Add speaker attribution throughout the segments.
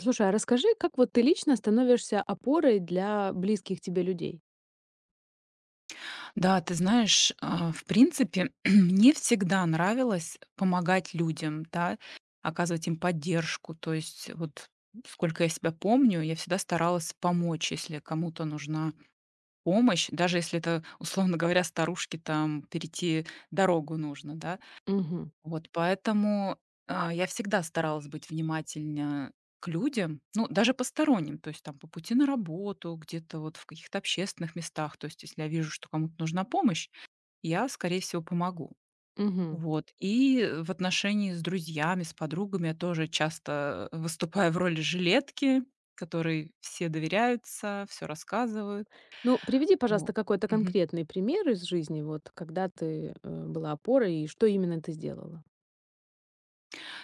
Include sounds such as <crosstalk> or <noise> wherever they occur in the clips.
Speaker 1: Слушай, а расскажи, как вот ты лично становишься опорой для близких тебе людей?
Speaker 2: Да, ты знаешь, в принципе, <clears throat> мне всегда нравилось помогать людям, да, оказывать им поддержку. То есть вот сколько я себя помню, я всегда старалась помочь, если кому-то нужна помощь, даже если это, <laughs> условно говоря, старушке там перейти дорогу нужно, да.
Speaker 1: Мгм.
Speaker 2: Вот поэтому я всегда старалась быть внимательнее к людям, ну, даже посторонним, то есть там по пути на работу, где-то вот в каких-то общественных местах, то есть если я вижу, что кому-то нужна помощь, я, скорее всего, помогу.
Speaker 1: Мгм.
Speaker 2: Вот. И в отношении с друзьями, с подругами я тоже часто выступаю в роли жилетки, которой все доверяются, все рассказывают.
Speaker 1: Ну, приведи,
Speaker 2: Во
Speaker 1: пожалуйста, какой-то
Speaker 2: Мгм.
Speaker 1: конкретный пример из жизни, вот когда ты была опорой и что именно ты сделала.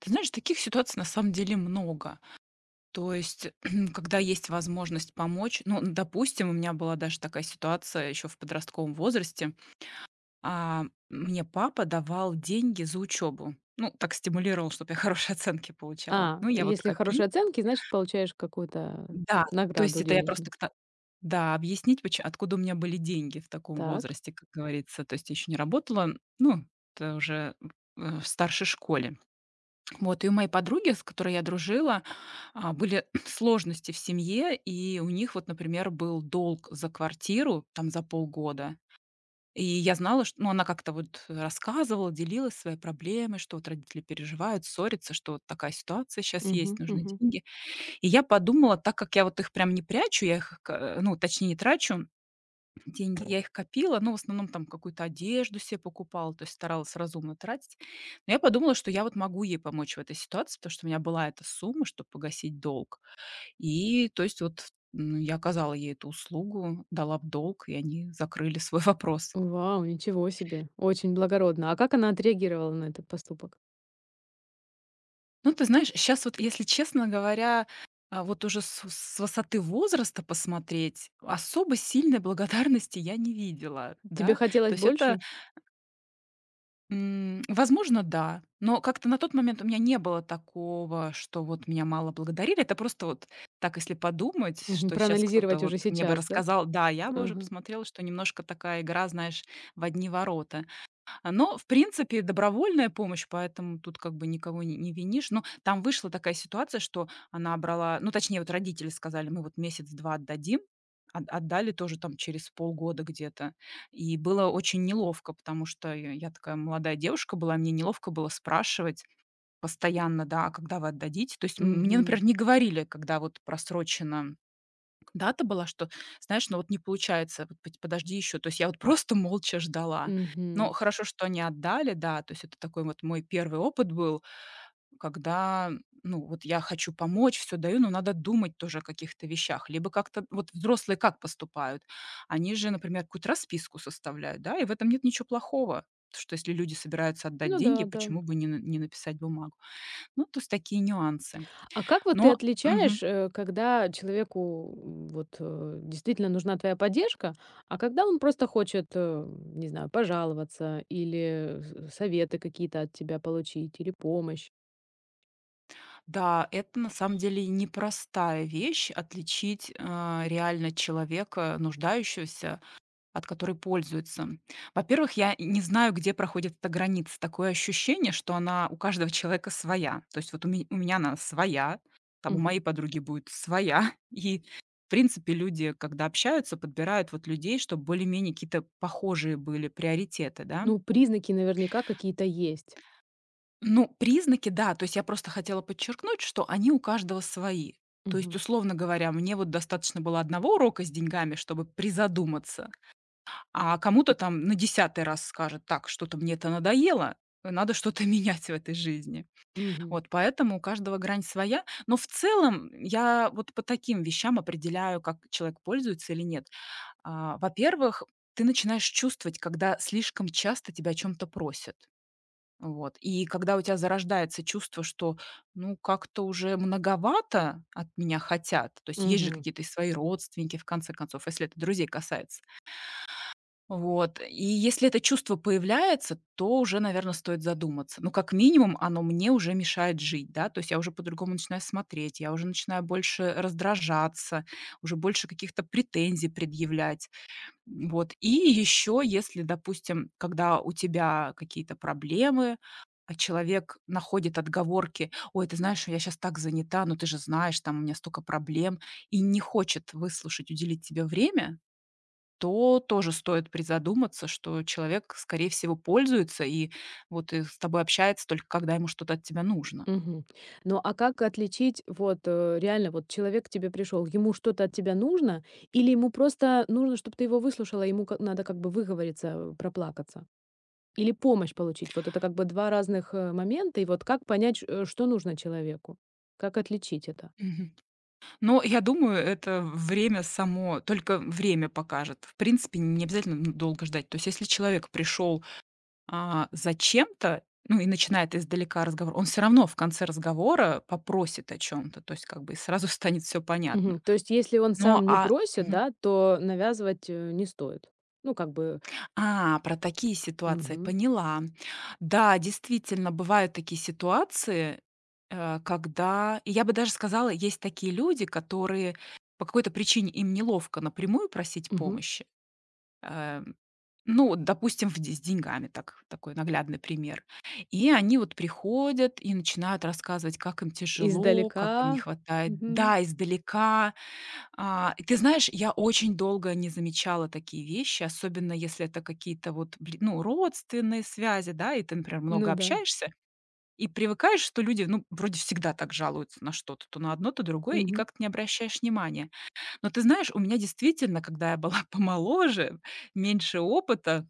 Speaker 2: Ты знаешь, таких ситуаций на самом деле много. То есть, <clears throat> когда есть возможность помочь, ну, допустим, у меня была даже такая ситуация еще в подростковом возрасте. Мне папа давал деньги за учебу. Ну, так стимулировал, чтобы я <laughs> хорошие оценки получала.
Speaker 1: А,
Speaker 2: Ну, я вот
Speaker 1: если
Speaker 2: копила.
Speaker 1: хорошие оценки, значит, получаешь какую-то
Speaker 2: Да, то есть
Speaker 1: награду
Speaker 2: это я просто
Speaker 1: денежную.
Speaker 2: к та да, объяснить, поч откуда у меня были деньги в таком
Speaker 1: Так.
Speaker 2: возрасте, как говорится. То есть я еще не работала, ну, это уже в старшей школе. Вот, и у моей подруги, с которой я дружила, были <clears throat> сложности в семье, и у них вот, например, был долг за квартиру, там, за полгода. И я знала, что ну, она как-то вот рассказывала, делилась своей проблемой, что вот родители переживают, ссорятся, что вот такая ситуация сейчас есть,
Speaker 1: Мгм.
Speaker 2: нужны
Speaker 1: Мгм.
Speaker 2: деньги. И я подумала, так как я вот их прям не прячу, я их, к ну, точнее, не трачу деньги, я их копила, ну, в основном там какую-то одежду себе покупала, то есть старалась разумно тратить. Но я подумала, что я вот могу ей помочь в этой ситуации, потому что у меня была эта сумма, чтобы погасить долг. И то есть вот, ну, я оказала ей эту услугу, дала в долг, и они закрыли свой <laughs> вопрос.
Speaker 1: Вау, ничего себе. Очень благородно. А как она отреагировала на этот поступок?
Speaker 2: Ну, ты знаешь, сейчас вот, если честно говоря, вот уже с высоты возраста посмотреть, особо сильной благодарности я не видела,
Speaker 1: Тебе
Speaker 2: да. То
Speaker 1: хотелось
Speaker 2: есть это,
Speaker 1: больше?
Speaker 2: возможно, да, но как-то на тот момент у меня не было такого, что вот меня мало благодарили. Это просто вот так, если подумать,
Speaker 1: Мгм.
Speaker 2: что сейчас кто-то
Speaker 1: Проанализировать
Speaker 2: вот
Speaker 1: уже
Speaker 2: мне бы
Speaker 1: сейчас, да?
Speaker 2: рассказал, да, я бы уже
Speaker 1: Ага.
Speaker 2: посмотрела, что немножко такая игра, знаешь, в одни ворота. Но, в принципе, добровольная помощь, поэтому тут как бы никого не винишь. Но там вышла такая ситуация, что она брала ну, точнее, вот родители сказали: "Мы вот месяц-два отдадим". От отдали тоже там через полгода где-то. И было очень неловко, потому что я такая молодая девушка была, мне неловко было спрашивать постоянно, да: "А когда вы отдадите?" То есть мне, например, не говорили, когда вот просрочено, дата была, что, знаешь, ну вот не получается, вот пот подожди еще. То есть я вот просто молча ждала. Но
Speaker 1: Угу.
Speaker 2: хорошо, что они отдали, да. То есть это такой вот мой первый опыт был, когда, ну, вот я хочу помочь, все даю, но надо думать тоже о каких-то вещах. Либо как-то вот взрослые как поступают? Они же, например, какую-то расписку составляют, да, и в этом нет ничего плохого, что если люди собираются отдать
Speaker 1: Ну да,
Speaker 2: деньги,
Speaker 1: да.
Speaker 2: почему бы не написать бумагу? Ну, то есть такие нюансы.
Speaker 1: А как вот ты
Speaker 2: Но Мгм.
Speaker 1: отличаешь, когда человеку действительно нужна твоя поддержка, а когда он просто хочет, не знаю, пожаловаться или советы какие-то от тебя получить или помощь?
Speaker 2: Да, это на самом деле непростая вещь- отличить, реально человека, нуждающегося, от который пользуется. Во-первых, я не знаю, где проходит эта граница. Такое ощущение, что она у каждого человека своя. То есть вот у меня она своя, там у моей
Speaker 1: Мгм.
Speaker 2: подруги будет своя. <laughs> И, в принципе, люди, когда общаются, подбирают вот людей, чтобы более-менее какие-то похожие были приоритеты, да.
Speaker 1: Ну, признаки наверняка какие-то есть.
Speaker 2: Ну, признаки, да. То есть я просто хотела подчеркнуть, что они у каждого свои. То есть,
Speaker 1: Мгм.
Speaker 2: условно говоря, мне вот достаточно было одного урока с деньгами, чтобы призадуматься, а кому-то там на десятый раз скажет, так, что-то мне это надоело, надо что-то <laughs> менять в этой жизни.
Speaker 1: Мгм.
Speaker 2: Вот, поэтому у каждого грань своя. Но в целом я вот по таким вещам определяю, как человек пользуется или нет. Во-первых, ты начинаешь чувствовать, когда слишком часто тебя о чем-то просят. Вот. И когда у тебя зарождается чувство, что, ну, как-то уже многовато от меня хотят, то есть есть же
Speaker 1: Мгм.
Speaker 2: какие-то и свои родственники, в конце концов, если это друзей касается. Вот. И если это чувство появляется, то уже, наверное, стоит задуматься. Ну, как минимум, оно мне уже мешает жить, да, то есть я уже по-другому начинаю смотреть, я уже начинаю больше раздражаться, уже больше каких-то претензий предъявлять. Вот. И еще, если, допустим, когда у тебя какие-то проблемы, а человек находит отговорки: "Ой, ты знаешь, я сейчас так занята, ну ты же знаешь, там у меня столько проблем", и не хочет выслушать, уделить тебе время, то тоже стоит призадуматься, что человек, скорее всего, пользуется и вот и с тобой общается только когда ему что-то от тебя нужно.
Speaker 1: Мгм. Ну, а как отличить, вот реально, вот человек к тебе пришел, ему что-то от тебя нужно, или ему просто нужно, чтобы ты его выслушала, ему надо как бы выговориться, проплакаться? Или помощь получить. Вот это как бы 2 разных, момента. И вот как понять, что нужно человеку? Как отличить это?
Speaker 2: Мгм. Но я думаю, это время само только время покажет. В принципе, не обязательно, долго ждать. То есть если человек пришел зачем-то, ну, и начинает издалека разговор, он все равно в конце разговора попросит о чем то, то есть как бы и сразу <laughs> станет все понятно.
Speaker 1: Мгм. То есть если он
Speaker 2: Ну
Speaker 1: сам не
Speaker 2: а
Speaker 1: просит,
Speaker 2: Мгм.
Speaker 1: да, то навязывать, не стоит. Ну, как бы
Speaker 2: Про такие ситуации,
Speaker 1: мгм,
Speaker 2: поняла. Да, действительно, бывают такие ситуации, когда и я бы даже сказала, есть такие люди, которые по какой-то причине им неловко напрямую просить
Speaker 1: мгм.
Speaker 2: помощи. Э, ну, вот, допустим, в де с деньгами, такой наглядный пример. И они вот приходят и начинают рассказывать, как им тяжело,
Speaker 1: Издалека.
Speaker 2: как им не хватает
Speaker 1: Мгм.
Speaker 2: да, издалека. И ты знаешь, я очень долго не замечала такие вещи, особенно если это какие-то вот, бли ну, родственные связи, да, и ты, например, много
Speaker 1: Ну да.
Speaker 2: общаешься и привыкаешь, что люди, ну, вроде всегда так жалуются на что-то, то на одно, то другое, и
Speaker 1: Мгм.
Speaker 2: как-то не обращаешь внимания. Но ты знаешь, у меня действительно, когда я была <laughs> помоложе, меньше опыта,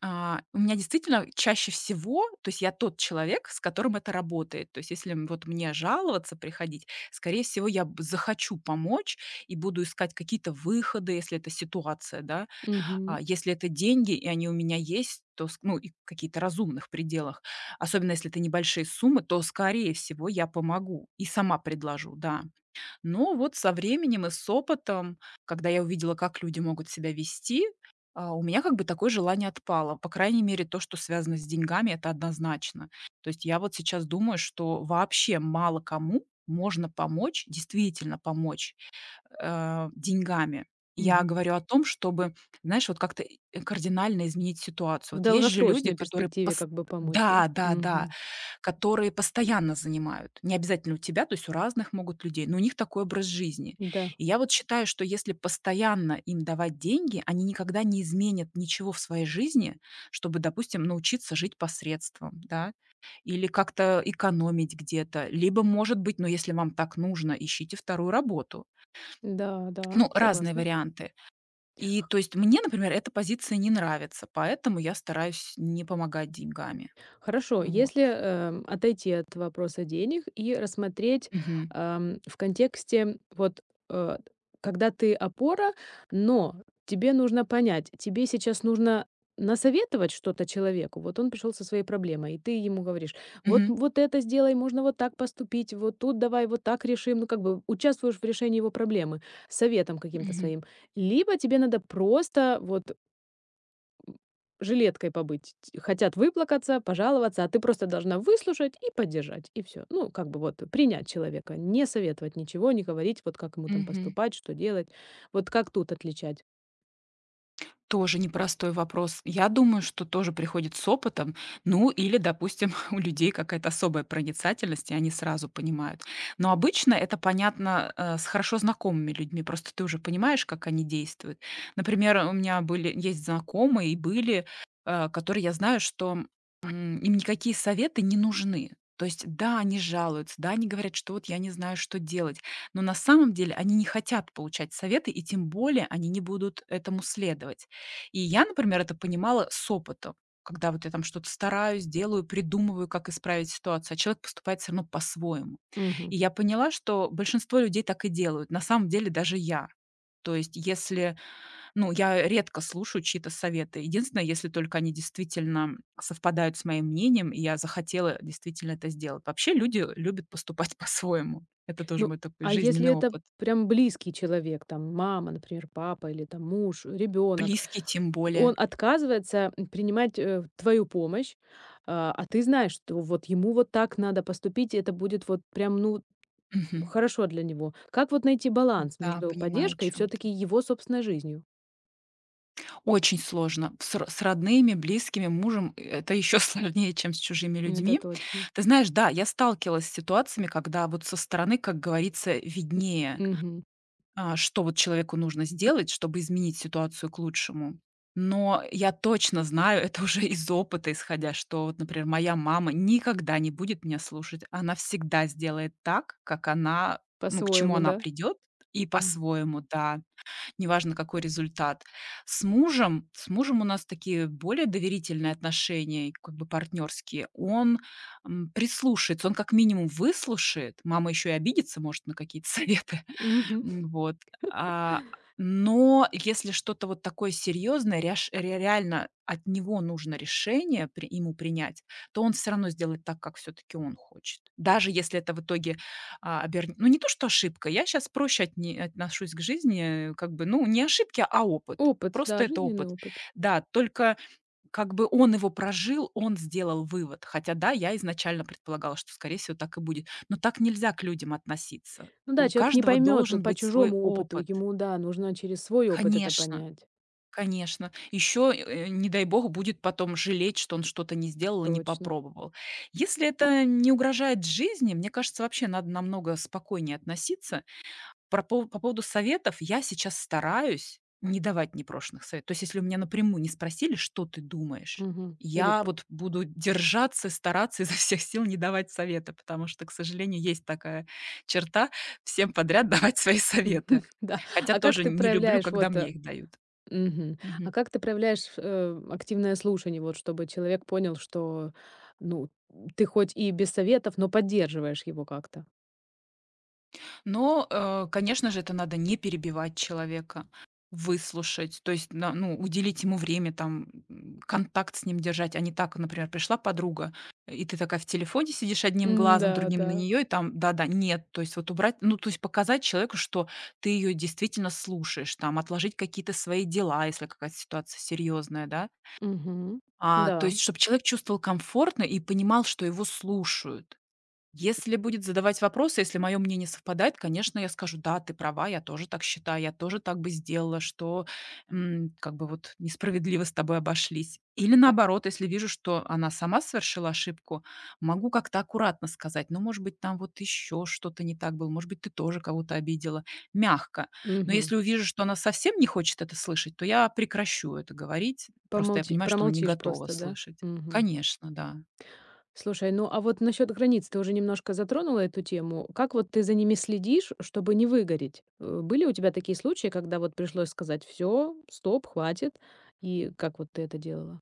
Speaker 2: у меня действительно чаще всего, то есть я тот человек, с которым это работает. То есть если вот мне жаловаться, приходить, скорее всего, я захочу помочь и буду искать какие-то выходы, если это ситуация, да.
Speaker 1: Мгм.
Speaker 2: Если это деньги, и они у меня есть, то, ну, и в каких-то разумных пределах, особенно если это небольшие суммы, то, скорее всего, я помогу и сама предложу, да. Но вот со временем и с опытом, когда я увидела, как люди могут себя вести, у меня как бы такое желание отпало. По крайней мере, то, что связано с деньгами, это однозначно. То есть я вот сейчас думаю, что вообще мало кому можно помочь, действительно помочь деньгами. Я
Speaker 1: Мгм.
Speaker 2: говорю о том, чтобы, знаешь, вот как-то кардинально изменить ситуацию.
Speaker 1: В
Speaker 2: Вот есть же люди,
Speaker 1: долгосрочной
Speaker 2: которые,
Speaker 1: перспективе как бы помочь, да?
Speaker 2: да, да, да,
Speaker 1: Мгм.
Speaker 2: которые постоянно занимают. Не обязательно у тебя, то есть у разных могут людей, но у них такой образ жизни.
Speaker 1: Да.
Speaker 2: И я вот считаю, что если постоянно им давать деньги, они никогда не изменят ничего в своей жизни, чтобы, допустим, научиться жить по средствам, да, или как-то экономить где-то. Либо, может быть, ну, если вам так нужно, ищите вторую работу.
Speaker 1: Да, да,
Speaker 2: Ну, разные
Speaker 1: согласна.
Speaker 2: варианты. И, то есть, мне, например, эта позиция не нравится, поэтому я стараюсь не помогать деньгами.
Speaker 1: Хорошо,
Speaker 2: Вот.
Speaker 1: если, отойти от вопроса денег и рассмотреть,
Speaker 2: Мгм.
Speaker 1: в контексте вот, э, когда ты опора, но тебе нужно понять, тебе сейчас нужно насоветовать что-то человеку. Вот он пришел со своей проблемой, и ты ему говоришь: "Вот
Speaker 2: Мгм.
Speaker 1: вот это сделай, можно вот так поступить, вот тут давай вот так решим". Ну, как бы участвуешь в решении его проблемы советом каким-то
Speaker 2: Мгм.
Speaker 1: своим. Либо тебе надо просто вот жилеткой побыть. Т Хотят выплакаться, пожаловаться, а ты просто должна выслушать и поддержать, и все. Ну, как бы вот принять человека, не советовать ничего, не говорить, вот как ему там
Speaker 2: Мгм.
Speaker 1: поступать, что делать, вот как тут отличать.
Speaker 2: Тоже непростой вопрос. Я думаю, что тоже приходит с опытом. Ну, или, допустим, <laughs> у людей какая-то особая проницательность, и они сразу понимают. Но обычно это понятно с хорошо знакомыми людьми. Просто ты уже понимаешь, как они действуют. Например, у меня были есть знакомые и были, которые я знаю, что им никакие советы не нужны. То есть, да, они жалуются, да, они говорят, что вот я не знаю, что делать, но на самом деле они не хотят получать советы, и тем более они не будут этому следовать. И я, например, это понимала с опытом, когда вот я там что-то стараюсь, делаю, придумываю, как исправить ситуацию, а человек поступает все равно по-своему.
Speaker 1: Мгм.
Speaker 2: И я поняла, что большинство людей так и делают, на самом деле даже я. То есть если, ну, я редко слушаю чьи-то советы. Единственное, если только они действительно совпадают с моим мнением, и я захотела действительно это сделать. Вообще люди любят поступать <laughs> по-своему. Это тоже
Speaker 1: Ну,
Speaker 2: мой такой
Speaker 1: а если
Speaker 2: жизненный
Speaker 1: это
Speaker 2: опыт.
Speaker 1: прям близкий человек, там мама, например, папа или там муж, ребенок,
Speaker 2: Близкий тем
Speaker 1: он
Speaker 2: более.
Speaker 1: отказывается принимать, твою помощь, а ты знаешь, что вот ему вот так надо поступить, и это будет вот прям, ну,
Speaker 2: Мгм.
Speaker 1: хорошо для него. Как вот найти баланс
Speaker 2: Да,
Speaker 1: между
Speaker 2: понимаю, о
Speaker 1: поддержкой и
Speaker 2: чем ты.
Speaker 1: все-таки его собственной жизнью?
Speaker 2: Очень сложно. С родными, близкими, мужем, это еще <laughs> сложнее, чем с чужими
Speaker 1: Это
Speaker 2: людьми.
Speaker 1: точно.
Speaker 2: Ты знаешь, да, я сталкивалась с ситуациями, когда вот со стороны, как говорится, виднее,
Speaker 1: Мгм.
Speaker 2: что вот человеку нужно сделать, чтобы изменить ситуацию к лучшему. Но я точно знаю, <laughs> это уже из опыта исходя, что вот, например, моя мама никогда не будет меня слушать. Она всегда сделает так, как она, ну, к чему
Speaker 1: По-своему,
Speaker 2: она
Speaker 1: да?
Speaker 2: придет, и
Speaker 1: М.
Speaker 2: по-своему, да, неважно, какой результат. С мужем у нас такие более доверительные отношения, и как бы партнерские. Он, прислушается, он как минимум выслушает. Мама еще и обидится, может, на какие-то советы. <laughs>
Speaker 1: Мгм.
Speaker 2: Вот. А, но если что-то вот такое серьезное, ряш ре реально от него нужно решение при ему принять, то он все равно сделает так, как все-таки он хочет. Даже если это в итоге не то, что ошибка. Я сейчас проще отне отношусь к жизни, как бы, ну, не ошибки, а опыт.
Speaker 1: Опыт,
Speaker 2: Просто
Speaker 1: да,
Speaker 2: это
Speaker 1: жизненный
Speaker 2: опыт.
Speaker 1: опыт.
Speaker 2: Да, только как бы он его прожил, он сделал вывод. Хотя да, я изначально предполагала, что, скорее всего, так и будет. Но так нельзя к людям относиться.
Speaker 1: Ну да,
Speaker 2: У
Speaker 1: человек не
Speaker 2: каждого
Speaker 1: поймет
Speaker 2: должен
Speaker 1: по
Speaker 2: быть свой
Speaker 1: чужому опыту.
Speaker 2: опыт.
Speaker 1: Ему, да, нужно через свой опыт это понять.
Speaker 2: Конечно,
Speaker 1: Понять.
Speaker 2: конечно. Еще, не дай бог, будет потом жалеть, что он что-то не сделал и не
Speaker 1: Точно.
Speaker 2: попробовал. Если это не угрожает жизни, мне кажется, вообще надо намного спокойнее относиться. Про пов По поводу советов я сейчас стараюсь не давать непрошеных советов. То есть если у меня напрямую не спросили: "Что ты думаешь?",
Speaker 1: Мгм. Или...
Speaker 2: я вот буду держаться, стараться изо всех сил не давать совета, потому что, к сожалению, есть такая черта — всем подряд давать свои советы.
Speaker 1: <laughs> Да.
Speaker 2: Хотя
Speaker 1: А как
Speaker 2: тоже
Speaker 1: ты
Speaker 2: не люблю,
Speaker 1: проявляешь вот
Speaker 2: когда мне их дают.
Speaker 1: мгм. А как ты проявляешь активное слушание, вот чтобы человек понял, что, ну, ты хоть и без советов, но поддерживаешь его как-то?
Speaker 2: Но, конечно же, это надо не перебивать человека, выслушать, то есть, уделить ему время, там, контакт с ним держать, а не так, например, пришла подруга, и ты такая в телефоне сидишь одним
Speaker 1: М,
Speaker 2: глазом,
Speaker 1: да,
Speaker 2: другим на
Speaker 1: да.
Speaker 2: нее, и там да-да, нет. То есть вот убрать, ну, то есть показать человеку, что ты ее действительно слушаешь, там, отложить какие-то свои дела, если какая-то ситуация серьезная, да.
Speaker 1: Мгм.
Speaker 2: То
Speaker 1: Да.
Speaker 2: есть, чтобы человек чувствовал комфортно и понимал, что его слушают. Если будет задавать вопросы, если мое мнение совпадает, конечно, я скажу: "Да, ты права, я тоже так считаю, я тоже так бы сделала, что, как бы вот несправедливо с тобой обошлись". Или
Speaker 1: А,
Speaker 2: наоборот, если вижу, что она сама совершила ошибку, могу как-то аккуратно сказать: "Ну, может быть, там вот еще что-то не так было, может быть, ты тоже кого-то обидела". Мягко. Но
Speaker 1: мгм.
Speaker 2: если увижу, что она совсем не хочет это слышать, то я прекращу это говорить. Просто я
Speaker 1: Помолчи
Speaker 2: понимаю, что она не
Speaker 1: Промолчишь
Speaker 2: готова
Speaker 1: просто, да?
Speaker 2: слышать.
Speaker 1: Мгм.
Speaker 2: Конечно, да.
Speaker 1: Слушай, ну а вот насчет границ ты уже немножко затронула эту тему. Как вот ты за ними следишь, чтобы не выгореть? Были у тебя такие случаи, когда вот пришлось сказать: все, стоп, хватит, и как вот ты это делала?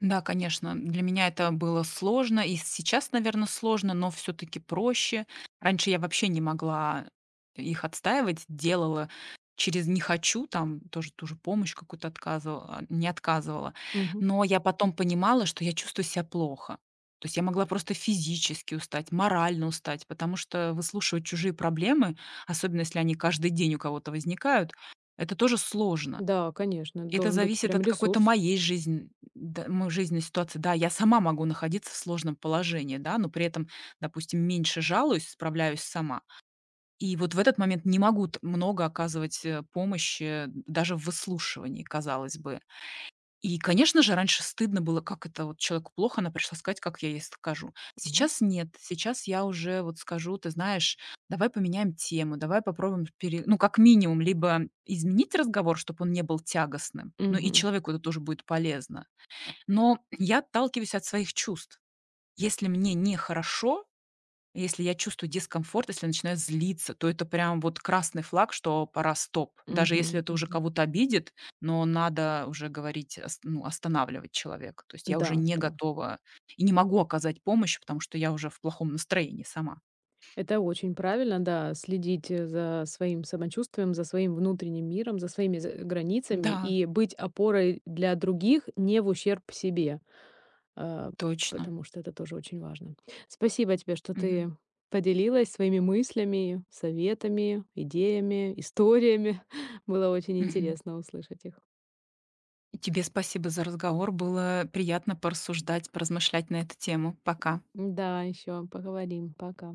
Speaker 2: Да, конечно, для меня это было сложно, и сейчас, наверное, сложно, но все таки проще. Раньше я вообще не могла их отстаивать, делала через "не хочу", там тоже ту же помощь какую-то не отказывала.
Speaker 1: Мгм.
Speaker 2: Но я потом понимала, что я чувствую себя плохо. То есть я могла просто физически устать, морально устать, потому что выслушивать чужие проблемы, особенно если они каждый день у кого-то возникают, это тоже сложно.
Speaker 1: Да, конечно,
Speaker 2: Это
Speaker 1: должен быть
Speaker 2: зависит
Speaker 1: прям
Speaker 2: от какой-то
Speaker 1: ресурс.
Speaker 2: моей жизни, да, жизненной ситуации. Да, я сама могу находиться в сложном положении, да, но при этом, допустим, меньше жалуюсь, справляюсь сама. И вот в этот момент не могу много оказывать помощи, даже в выслушивании, казалось бы. И, конечно же, раньше стыдно было, как это вот человеку плохо, она пришла сказать, как я ей скажу.
Speaker 1: Мгм.
Speaker 2: Сейчас нет, сейчас я уже вот скажу: "Ты знаешь, давай поменяем тему, давай попробуем, пере..." Ну, как минимум, либо изменить разговор, чтобы он не был тягостным, ну, и
Speaker 1: Мгм.
Speaker 2: человеку это тоже будет полезно. Но я отталкиваюсь от своих чувств. Если мне нехорошо, если я чувствую дискомфорт, если я начинаю злиться, то это прям вот красный флаг, что пора стоп. Даже если
Speaker 1: Мгм.
Speaker 2: это уже
Speaker 1: Мгм.
Speaker 2: кого-то обидит, но надо уже говорить, ну, останавливать человека. То есть я
Speaker 1: Да,
Speaker 2: уже не
Speaker 1: да.
Speaker 2: готова и не могу оказать помощь, потому что я уже в плохом настроении сама.
Speaker 1: Это очень правильно, да, следить за своим самочувствием, за своим внутренним миром, за своими границами
Speaker 2: Да,
Speaker 1: и быть опорой для других не в ущерб себе. э,
Speaker 2: точно.
Speaker 1: Потому что это тоже очень важно. Спасибо тебе, что
Speaker 2: Мгм.
Speaker 1: ты поделилась своими мыслями, советами, идеями, историями. <laughs> Было очень
Speaker 2: Мгм.
Speaker 1: интересно услышать их.
Speaker 2: И тебе спасибо за разговор. Было приятно порассуждать, поразмышлять на эту тему. Пока.
Speaker 1: Да, еще поговорим. Пока.